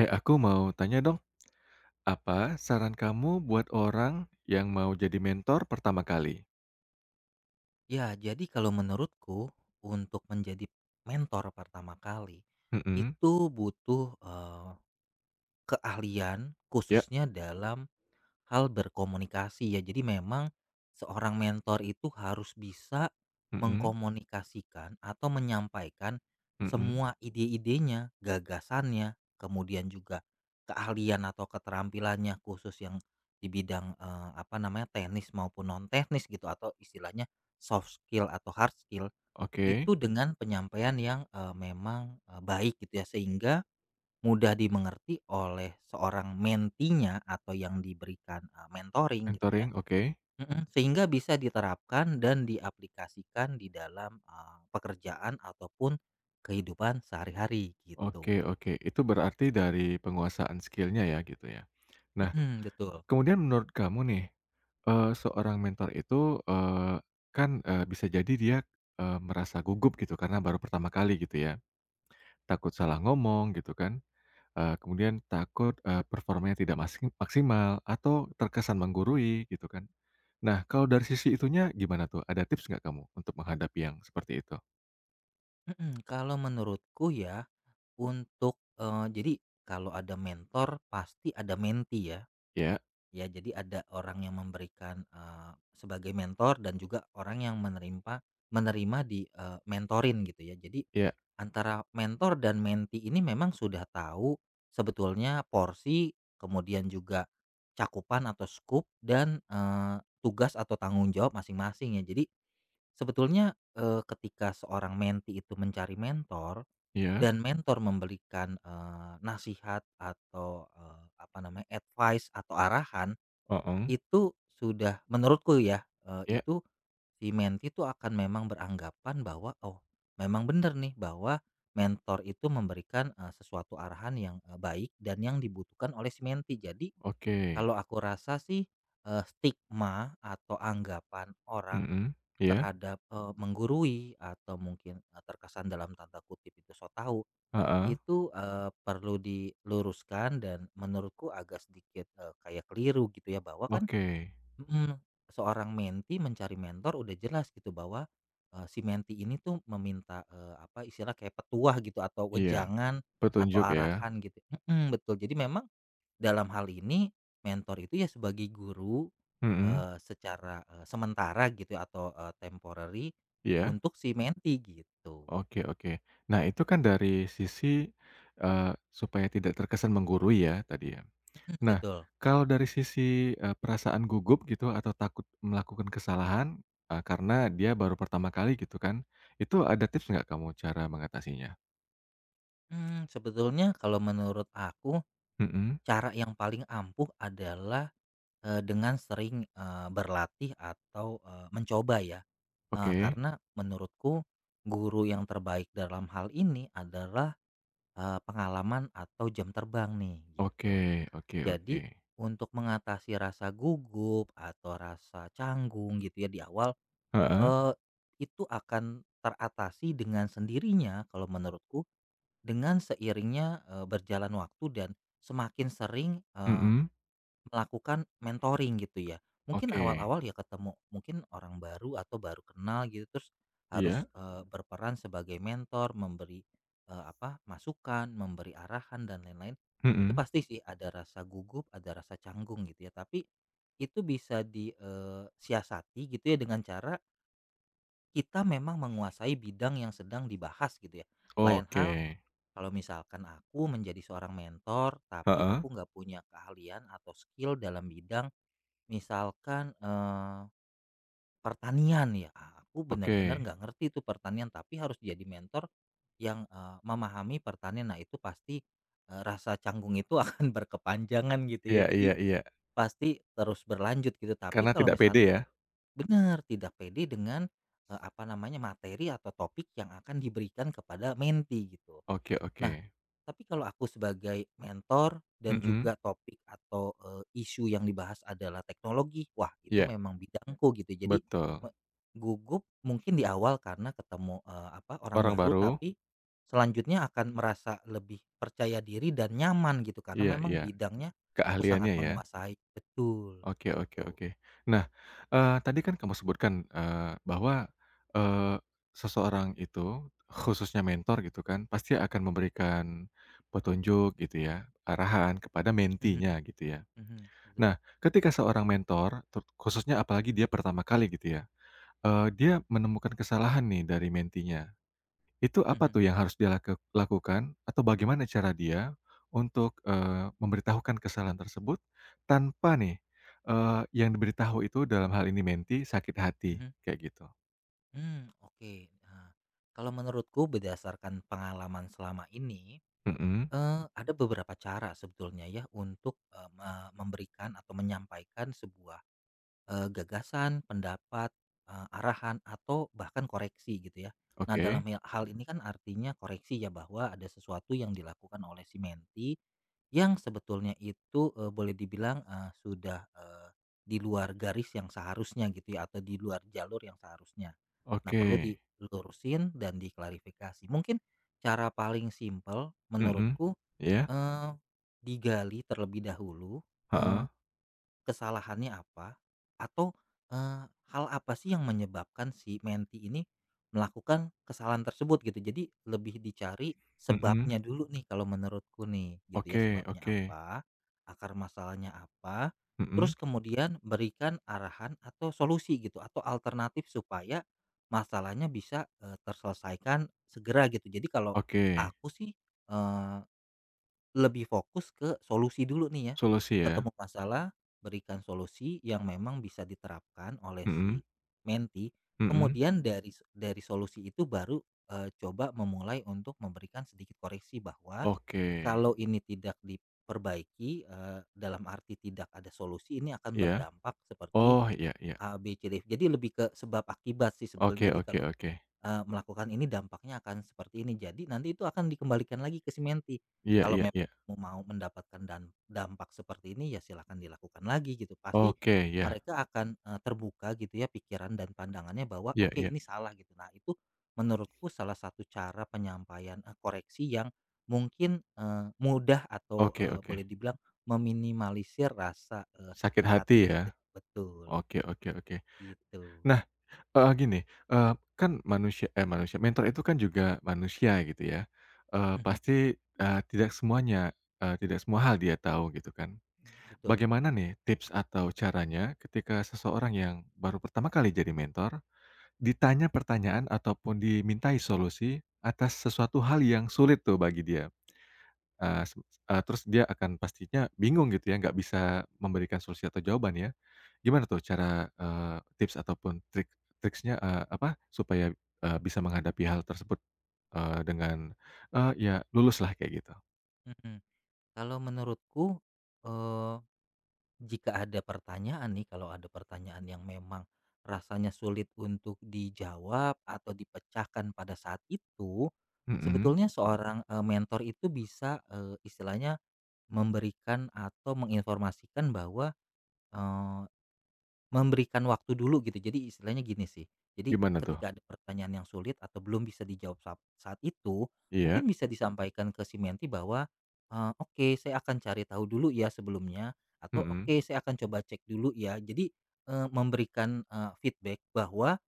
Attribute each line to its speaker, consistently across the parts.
Speaker 1: Eh, aku mau tanya dong, apa saran kamu buat orang yang mau jadi mentor pertama kali?
Speaker 2: Ya, jadi kalau menurutku untuk menjadi mentor pertama kali
Speaker 1: Mhm,
Speaker 2: itu butuh, keahlian
Speaker 1: ya,
Speaker 2: khususnya dalam hal berkomunikasi ya. Jadi memang seorang mentor itu harus bisa
Speaker 1: mhm,
Speaker 2: mengkomunikasikan atau menyampaikan
Speaker 1: mhm,
Speaker 2: semua ide-idenya, gagasannya, kemudian juga keahlian atau keterampilannya khusus yang di bidang apa namanya teknis maupun non teknis gitu atau istilahnya soft skill atau hard skill
Speaker 1: oke.
Speaker 2: itu dengan penyampaian yang memang baik gitu ya sehingga mudah dimengerti oleh seorang mentinya atau yang diberikan, mentoring gitu ya,
Speaker 1: Mentoring, oke.
Speaker 2: mhm, sehingga bisa diterapkan dan diaplikasikan di dalam, pekerjaan ataupun kehidupan sehari-hari gitu.
Speaker 1: Oke oke, itu berarti dari penguasaan skill-nya ya, gitu ya. Nah,
Speaker 2: Mhm, betul.
Speaker 1: kemudian menurut kamu nih, seorang mentor itu, kan, bisa jadi dia, merasa gugup gitu karena baru pertama kali gitu ya, takut salah ngomong gitu kan. Kemudian takut, performanya tidak maksimal atau terkesan menggurui gitu kan. Nah, kalau dari sisi itunya gimana tuh? Ada tips nggak kamu untuk menghadapi yang seperti itu?
Speaker 2: Mhm, kalau menurutku ya untuk, jadi kalau ada mentor pasti ada menti ya.
Speaker 1: Ya,
Speaker 2: Ya, jadi ada orang yang memberikan, sebagai mentor dan juga orang yang menerima menerima di, mentorin gitu ya. Jadi
Speaker 1: ya,
Speaker 2: antara mentor dan menti ini memang sudah tahu sebetulnya porsi, kemudian juga cakupan atau scoop dan, tugas atau tanggung jawab masing-masing ya. Jadi sebetulnya, ketika seorang menti itu mencari mentor
Speaker 1: ya,
Speaker 2: dan mentor memberikan, nasihat atau, apa namanya, advice atau arahan
Speaker 1: oh,
Speaker 2: itu sudah menurutku ya,
Speaker 1: ya,
Speaker 2: itu si menti itu akan memang beranggapan bahwa, oh, memang benar nih bahwa mentor itu memberikan, sesuatu arahan yang, baik dan yang dibutuhkan oleh si menti. Jadi
Speaker 1: oke,
Speaker 2: kalau aku rasa sih, stigma atau anggapan orang
Speaker 1: mhm, ya,
Speaker 2: terhadap, menggurui atau mungkin, terkesan dalam tanda kutip itu so tau,
Speaker 1: heeh,
Speaker 2: itu, perlu diluruskan dan menurutku agak sedikit, kayak keliru gitu ya bahwa kan
Speaker 1: oke,
Speaker 2: mhm, seorang menti mencari mentor udah jelas gitu bahwa, si menti ini tuh meminta, apa istilah kayak petuah gitu atau
Speaker 1: iya,
Speaker 2: wejangan atau
Speaker 1: petunjuk ya,
Speaker 2: arahan gitu mhm, betul jadi memang dalam hal ini mentor itu ya sebagai guru,
Speaker 1: mhm,
Speaker 2: secara, sementara gitu ya atau, temporary
Speaker 1: iya,
Speaker 2: untuk si menti gitu,
Speaker 1: oke oke. Nah, itu kan dari sisi, eee, supaya tidak terkesan menggurui ya tadi ya?
Speaker 2: mhm,
Speaker 1: Nah,
Speaker 2: betul,
Speaker 1: kalau dari sisi, perasaan gugup gitu atau takut melakukan kesalahan, karena dia baru pertama kali gitu kan, itu ada tips nggak kamu cara mengatasinya?
Speaker 2: sebetulnya kalau menurut aku
Speaker 1: Mhm,
Speaker 2: cara yang paling ampuh adalah dengan sering, berlatih atau, mencoba ya,
Speaker 1: oke.
Speaker 2: karena menurutku guru yang terbaik dalam hal ini adalah, pengalaman atau jam terbang nih gitu.
Speaker 1: Oke oke oke.
Speaker 2: Jadi untuk mengatasi rasa gugup atau rasa canggung gitu ya di awal,
Speaker 1: Heeh,
Speaker 2: eee, itu akan teratasi dengan sendirinya kalau menurutku dengan seiringnya, berjalan waktu dan semakin sering, eh,
Speaker 1: mhm,
Speaker 2: melakukan mentoring gitu ya. Mungkin
Speaker 1: oke.
Speaker 2: awal-awal ya ketemu mungkin orang baru atau baru kenal gitu terus harus,
Speaker 1: Iya,
Speaker 2: berperan sebagai mentor, memberi, apa, masukan, memberi arahan dan lain-lain. Itu
Speaker 1: mhm,
Speaker 2: pasti sih ada rasa gugup, ada rasa canggung gitu ya, tapi itu bisa disiasati gitu ya dengan cara kita memang menguasai bidang yang sedang dibahas gitu ya. Lain
Speaker 1: oke.
Speaker 2: hal kalau misalkan aku menjadi seorang mentor, tapi
Speaker 1: Heeh,
Speaker 2: aku nggak punya keahlian atau skill dalam bidang misalkan, pertanian ya, aku benar-benar
Speaker 1: oke.
Speaker 2: nggak ngerti itu pertanian, tapi harus jadi mentor yang, memahami pertanian. Nah itu pasti, rasa canggung itu akan berkepanjangan gitu ya,
Speaker 1: Iya iya
Speaker 2: jadi
Speaker 1: iya,
Speaker 2: pasti terus berlanjut gitu. Tapi
Speaker 1: karena
Speaker 2: kalau
Speaker 1: tidak pede
Speaker 2: misalkan
Speaker 1: ya?
Speaker 2: benar tidak pede dengan, apa namanya, materi atau topik yang akan diberikan kepada menti gitu.
Speaker 1: Oke oke,
Speaker 2: Nah tapi kalau aku sebagai mentor dan
Speaker 1: mhm,
Speaker 2: juga topik atau, isu yang dibahas adalah teknologi, wah itu
Speaker 1: iya,
Speaker 2: memang bidangku gitu. Jadi me
Speaker 1: betul.
Speaker 2: gugup mungkin di awal karena ketemu, apa, orang
Speaker 1: Orang
Speaker 2: baru,
Speaker 1: baru,
Speaker 2: tapi selanjutnya akan merasa lebih percaya diri dan nyaman gitu karena
Speaker 1: iya
Speaker 2: memang
Speaker 1: iya,
Speaker 2: bidangnya aku sangat
Speaker 1: keahliannya ya?
Speaker 2: menguasai. Betul,
Speaker 1: Oke oke
Speaker 2: gitu.
Speaker 1: oke. Nah, tadi kan kamu sebutkan, bahwa, eee, seseorang itu, khususnya mentor gitu kan, pasti akan memberikan petunjuk gitu ya, arahan kepada
Speaker 2: Mhm
Speaker 1: mentinya gitu ya.
Speaker 2: mhm, betul.
Speaker 1: Nah, ketika seorang mentor, khususnya apalagi dia pertama kali gitu ya, dia menemukan kesalahan nih dari mentinya. Itu apa
Speaker 2: Mhm
Speaker 1: tuh yang harus dia lakukan atau bagaimana cara dia untuk, memberitahukan kesalahan tersebut tanpa nih, eee, yang diberitahu itu dalam hal ini menti sakit hati,
Speaker 2: mhm.
Speaker 1: kayak gitu?
Speaker 2: Oke. Nah, kalau menurutku berdasarkan pengalaman selama ini
Speaker 1: Mhm,
Speaker 2: Ada beberapa cara sebetulnya ya untuk, memberikan atau menyampaikan sebuah, gagasan, pendapat, arahan atau bahkan koreksi gitu ya. Nah
Speaker 1: oke
Speaker 2: dalam hal ini kan artinya koreksi ya bahwa ada sesuatu yang dilakukan oleh si menti, yang sebetulnya itu, boleh dibilang, sudah, di luar garis yang seharusnya gitu ya atau di luar jalur yang seharusnya. Nah
Speaker 1: oke,
Speaker 2: perlu dilurusin dan diklarifikasi. Mungkin cara paling simpel
Speaker 1: mhm,
Speaker 2: menurutku
Speaker 1: iya,
Speaker 2: Eee, digali terlebih dahulu,
Speaker 1: heeh,
Speaker 2: eee, kesalahannya apa atau, hal apa sih yang menyebabkan si menti ini melakukan kesalahan tersebut gitu. Jadi lebih dicari
Speaker 1: mhm,
Speaker 2: sebabnya dulu nih kalau menurutku nih gitu ya,
Speaker 1: oke
Speaker 2: sebabnya
Speaker 1: oke,
Speaker 2: apa, akar masalahnya apa,
Speaker 1: mhm,
Speaker 2: terus kemudian berikan arahan atau solusi gitu atau alternatif supaya masalahnya bisa, terselesaikan segera gitu. Jadi kalau
Speaker 1: oke,
Speaker 2: aku sih, eh, lebih fokus ke solusi dulu nih ya,
Speaker 1: solusi ya?
Speaker 2: ketemu masalah, berikan solusi yang memang bisa diterapkan oleh si
Speaker 1: Mhm
Speaker 2: menti,
Speaker 1: mhm,
Speaker 2: kemudian dari solusi itu baru, coba memulai untuk memberikan sedikit koreksi bahwa
Speaker 1: oke,
Speaker 2: kalau ini tidak diperbaiki, dalam arti tidak ada solusi, ini akan
Speaker 1: ya
Speaker 2: berdampak seperti
Speaker 1: oh, iya iya,
Speaker 2: A, B, C, D. Jadi lebih ke sebab akibat sih
Speaker 1: oke
Speaker 2: sebetulnya. Jadi
Speaker 1: oke
Speaker 2: kalau
Speaker 1: oke,
Speaker 2: Melakukan ini dampaknya akan seperti ini. Jadi nanti itu akan dikembalikan lagi ke si menti.
Speaker 1: iya
Speaker 2: Kalau
Speaker 1: iya
Speaker 2: memang
Speaker 1: iya,
Speaker 2: mau mendapatkan dan dampak seperti ini ya silahkan dilakukan lagi gitu. Pasti
Speaker 1: oke, ya
Speaker 2: mereka akan, terbuka gitu ya pikiran dan pandangannya bahwa
Speaker 1: iya
Speaker 2: oke
Speaker 1: iya,
Speaker 2: ini salah gitu. Nah itu menurutku salah satu cara penyampaian, koreksi yang mungkin, mudah atau,
Speaker 1: oke oke.
Speaker 2: boleh dibilang meminimalisir rasa,
Speaker 1: Sakit
Speaker 2: sakit
Speaker 1: hati
Speaker 2: hati
Speaker 1: ya?
Speaker 2: gitu. Betul,
Speaker 1: Oke oke oke.
Speaker 2: gitu.
Speaker 1: Nah, gini, eee, kan manusia, mentor itu kan juga manusia gitu ya,
Speaker 2: Mhm,
Speaker 1: pasti, tidak semuanya, tidak semua hal dia tahu gitu kan.
Speaker 2: betul,
Speaker 1: Bagaimana nih tips atau caranya ketika seseorang yang baru pertama kali jadi mentor, ditanya pertanyaan ataupun dimintai solusi atas sesuatu hal yang sulit tuh bagi dia? Eee, se Terus dia akan pastinya bingung gitu ya, nggak bisa memberikan solusi atau jawaban ya? Gimana tuh cara, tips ataupun triksnya, apa, supaya, bisa menghadapi hal tersebut, dengan, ya luluslah kayak gitu?
Speaker 2: mhm. Kalau menurutku, eee, jika ada pertanyaan nih, kalau ada pertanyaan yang memang rasanya sulit untuk dijawab atau dipecahkan pada saat itu,
Speaker 1: Mhm,
Speaker 2: sebetulnya seorang, mentor itu bisa, istilahnya memberikan atau menginformasikan bahwa, eh, memberikan waktu dulu gitu. Jadi istilahnya gini sih, jadi
Speaker 1: gimana tuh?
Speaker 2: ketika ada pertanyaan yang sulit atau belum bisa dijawab saat itu, mungkin
Speaker 1: Iya,
Speaker 2: bisa disampaikan ke si menti bahwa, "Oke, saya akan cari tahu dulu ya sebelumnya," atau,
Speaker 1: mhm,
Speaker 2: "Oke, saya akan coba cek dulu ya." Jadi, memberikan, feedback bahwa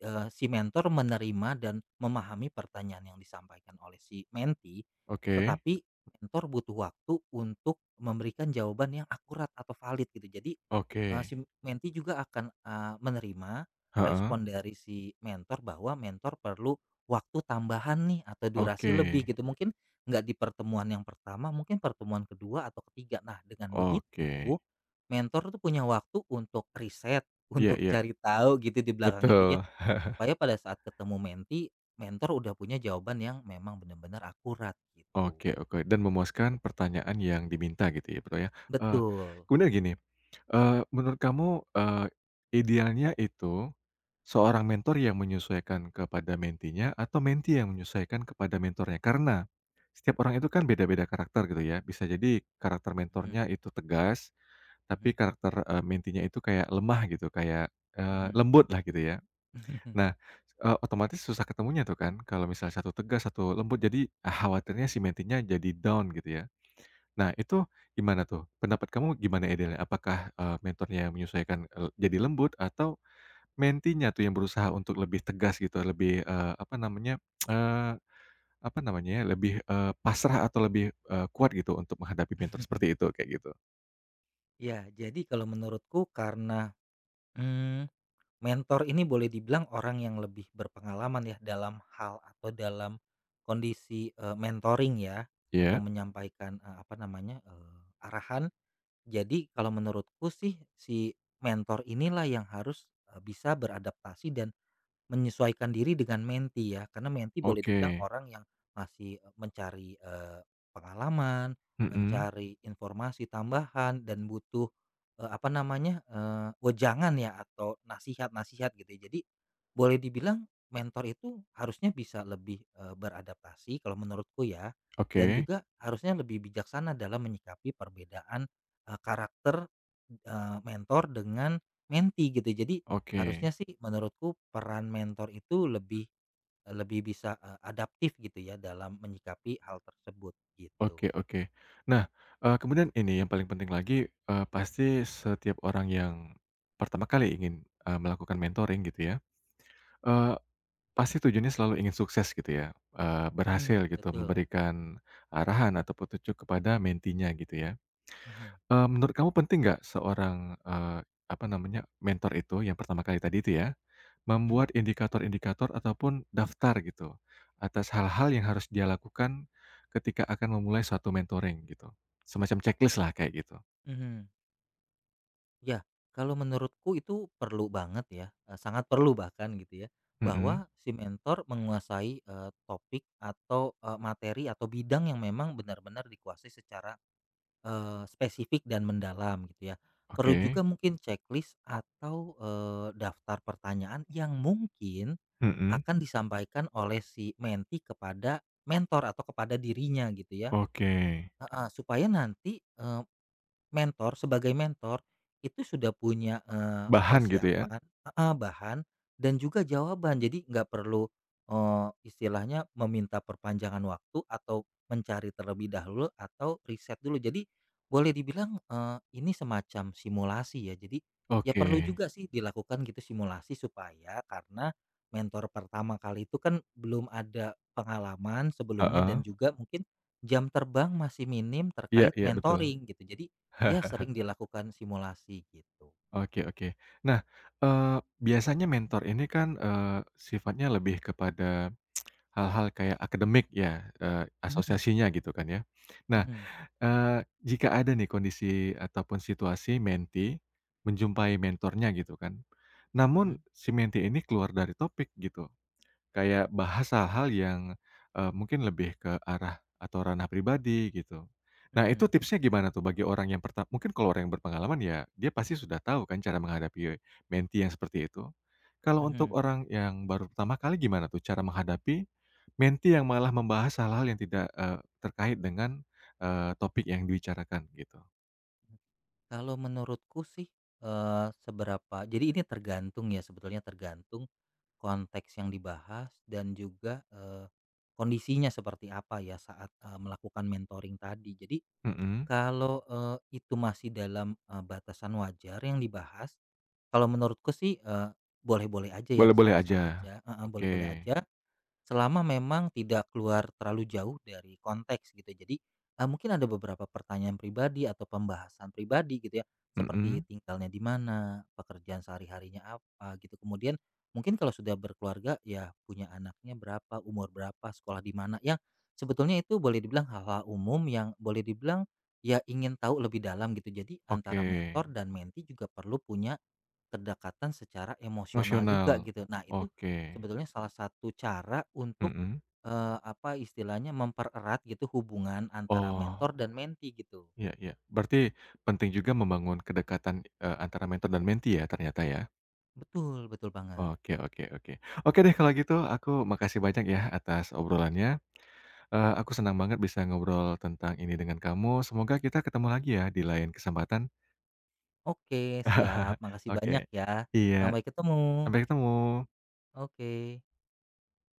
Speaker 2: Si mentor menerima dan memahami pertanyaan yang disampaikan oleh si menti,
Speaker 1: oke
Speaker 2: tetapi mentor butuh waktu untuk memberikan jawaban yang akurat atau valid gitu. Jadi,
Speaker 1: oke,
Speaker 2: si menti juga akan, menerima
Speaker 1: heeh,
Speaker 2: respon dari si mentor bahwa mentor perlu waktu tambahan nih atau durasi
Speaker 1: oke
Speaker 2: lebih gitu. Mungkin nggak di pertemuan yang pertama, mungkin pertemuan kedua atau ketiga. Nah, dengan
Speaker 1: oke,
Speaker 2: begitu mentor tuh punya waktu untuk riset,
Speaker 1: iya
Speaker 2: untuk
Speaker 1: iya,
Speaker 2: cari tahu gitu di belakang itu ya,
Speaker 1: betul.
Speaker 2: supaya pada saat ketemu menti, mentor udah punya jawaban yang memang benar-benar akurat gitu.
Speaker 1: Oke oke, dan memuaskan pertanyaan yang diminta gitu ya, Bro, ya. Eee,
Speaker 2: Betul.
Speaker 1: Kemudian gini. Menurut kamu, idealnya itu seorang mentor yang menyesuaikan kepada mentinya atau menti yang menyesuaikan kepada mentornya? Karena setiap orang itu kan beda-beda karakter gitu ya. Bisa jadi karakter
Speaker 2: Mhm
Speaker 1: mentornya itu tegas, tapi
Speaker 2: mhm
Speaker 1: karakter, mentinya itu kayak lemah gitu, kayak,
Speaker 2: mhm.
Speaker 1: lembut lah gitu ya. Nah, otomatis susah ketemunya tuh kan kalau misalnya satu tegas, satu lembut. Jadi khawatirnya si mentinya jadi down gitu ya. Nah, itu gimana tuh? Pendapat kamu gimana idealnya? Apakah, mentornya yang menyesuaikan, jadi lembut atau mentinya tuh yang berusaha untuk lebih tegas gitu, lebih, apa namanya, eee, apa namanya ya, lebih, pasrah atau lebih, kuat gitu untuk menghadapi mentor seperti itu, kayak gitu?
Speaker 2: Ya, jadi kalau menurutku karena, mmm, mentor ini boleh dibilang orang yang lebih berpengalaman ya dalam hal atau dalam kondisi, mentoring ya atau
Speaker 1: Iya,
Speaker 2: menyampaikan, apa namanya, arahan. Jadi kalau menurutku sih si mentor inilah yang harus, bisa beradaptasi dan menyesuaikan diri dengan menti ya, karena menti boleh dibilang
Speaker 1: oke.
Speaker 2: orang yang masih, mencari, pengalaman,
Speaker 1: Mhm,
Speaker 2: mencari informasi tambahan dan butuh, apa namanya, wejangan ya atau nasihat-nasihat gitu ya. Jadi, boleh dibilang mentor itu harusnya bisa lebih, beradaptasi kalau menurutku ya, dan
Speaker 1: oke
Speaker 2: juga harusnya lebih bijaksana dalam menyikapi perbedaan, karakter, mentor dengan menti gitu ya. Jadi, harusnya
Speaker 1: oke
Speaker 2: sih menurutku peran mentor itu lebih lebih bisa, adaptif gitu ya dalam menyikapi hal tersebut gitu.
Speaker 1: oke oke. Nah, kemudian ini yang paling penting lagi, pasti setiap orang yang pertama kali ingin, melakukan mentoring gitu ya, eee pasti tujuannya selalu ingin sukses gitu ya, berhasil
Speaker 2: Mhm,
Speaker 1: gitu,
Speaker 2: betul.
Speaker 1: memberikan arahan atau petunjuk kepada mentinya gitu ya.
Speaker 2: Mhm,
Speaker 1: Menurut kamu penting nggak seorang, apa namanya, mentor itu yang pertama kali tadi itu ya,
Speaker 2: mhm,
Speaker 1: membuat indikator-indikator ataupun daftar gitu, atas hal-hal yang harus dia lakukan ketika akan memulai suatu mentoring gitu, semacam checklist lah kayak gitu?
Speaker 2: mhm. Ya, kalau menurutku itu perlu banget ya, sangat perlu bahkan gitu ya,
Speaker 1: Mhm,
Speaker 2: bahwa si mentor menguasai, topik atau, materi atau bidang yang memang benar-benar dikuasai secara spesifik dan mendalam gitu ya. Perlu
Speaker 1: oke,
Speaker 2: juga mungkin checklist atau, daftar pertanyaan yang mungkin
Speaker 1: mhm,
Speaker 2: akan disampaikan oleh si menti kepada mentor atau kepada dirinya gitu ya.
Speaker 1: oke.
Speaker 2: Heeh, supaya nanti, eh, mentor sebagai mentor itu sudah punya,
Speaker 1: Bahan gitu ya?
Speaker 2: persiapan heeh, bahan dan juga jawaban. Jadi nggak perlu, istilahnya meminta perpanjangan waktu atau mencari terlebih dahulu atau riset dulu. Jadi boleh dibilang, ini semacam simulasi ya. Jadi ya
Speaker 1: Oke,
Speaker 2: perlu juga sih dilakukan gitu simulasi supaya karena mentor pertama kali itu kan belum ada pengalaman sebelumnya dan
Speaker 1: heeh,
Speaker 2: juga mungkin jam terbang masih minim
Speaker 1: iya
Speaker 2: terkait
Speaker 1: iya, betul.
Speaker 2: mentoring gitu. Jadi ya sering dilakukan simulasi gitu.
Speaker 1: Oke oke. Nah, biasanya mentor ini kan, sifatnya lebih kepada hal-hal kayak akademik ya,
Speaker 2: Mhm
Speaker 1: asosiasinya gitu kan ya. Nah,
Speaker 2: mhm
Speaker 1: jika ada nih kondisi ataupun situasi menjumpai mentornya gitu kan, namun
Speaker 2: mhm
Speaker 1: si menti ini keluar dari topik gitu. Kayak bahas hal-hal yang, mungkin lebih ke arah atau ranah pribadi gitu. Nah itu
Speaker 2: mhm
Speaker 1: tipsnya gimana tuh bagi orang yang pertama? Mungkin kalau orang yang berpengalaman ya dia pasti sudah tahu kan cara menghadapi menti yang seperti itu. Kalau
Speaker 2: mhm.
Speaker 1: untuk orang yang baru pertama kali gimana tuh cara menghadapi menti yang malah membahas hal-hal yang tidak, terkait dengan, topik yang dibicarakan gitu?
Speaker 2: Kalau menurutku sih, eee, seberapa jadi ini tergantung ya sebetulnya tergantung konteks yang dibahas dan juga, kondisinya seperti apa ya saat, melakukan mentoring tadi. Jadi
Speaker 1: Mhm,
Speaker 2: kalau, itu masih dalam, batasan wajar yang dibahas, kalau menurutku sih, boleh-boleh aja ya,
Speaker 1: boleh-boleh
Speaker 2: sah-sah
Speaker 1: aja.
Speaker 2: aja heeh,
Speaker 1: Oke,
Speaker 2: boleh-boleh aja selama memang tidak keluar terlalu jauh dari konteks gitu. Jadi, mungkin ada beberapa pertanyaan pribadi atau pembahasan pribadi gitu ya, seperti
Speaker 1: mhm,
Speaker 2: tinggalnya di mana, pekerjaan sehari-harinya apa gitu. Kemudian mungkin kalau sudah berkeluarga ya punya anaknya berapa, umur berapa, sekolah di mana, yang sebetulnya itu boleh dibilang hal-hal umum yang boleh dibilang ya ingin tahu lebih dalam gitu. Jadi
Speaker 1: oke,
Speaker 2: antara mentor dan menti juga perlu punya kedekatan secara emosional juga
Speaker 1: emosional,
Speaker 2: gitu. Nah itu
Speaker 1: oke,
Speaker 2: sebetulnya salah satu cara untuk,
Speaker 1: mhm.
Speaker 2: apa istilahnya mempererat gitu hubungan antara
Speaker 1: Oh,
Speaker 2: mentor dan menti gitu.
Speaker 1: iya iya. Berarti penting juga membangun kedekatan, antara mentor dan mentee ya ternyata ya?
Speaker 2: Betul betul banget.
Speaker 1: Oke oke oke. Oke deh kalau gitu aku makasih banyak ya atas obrolannya, aku senang banget bisa ngobrol tentang ini dengan kamu, semoga kita ketemu lagi ya di lain kesempatan.
Speaker 2: Oke siap, makasih
Speaker 1: Oke.
Speaker 2: banyak ya.
Speaker 1: Iya,
Speaker 2: Sampai ketemu.
Speaker 1: sampai ketemu.
Speaker 2: Oke.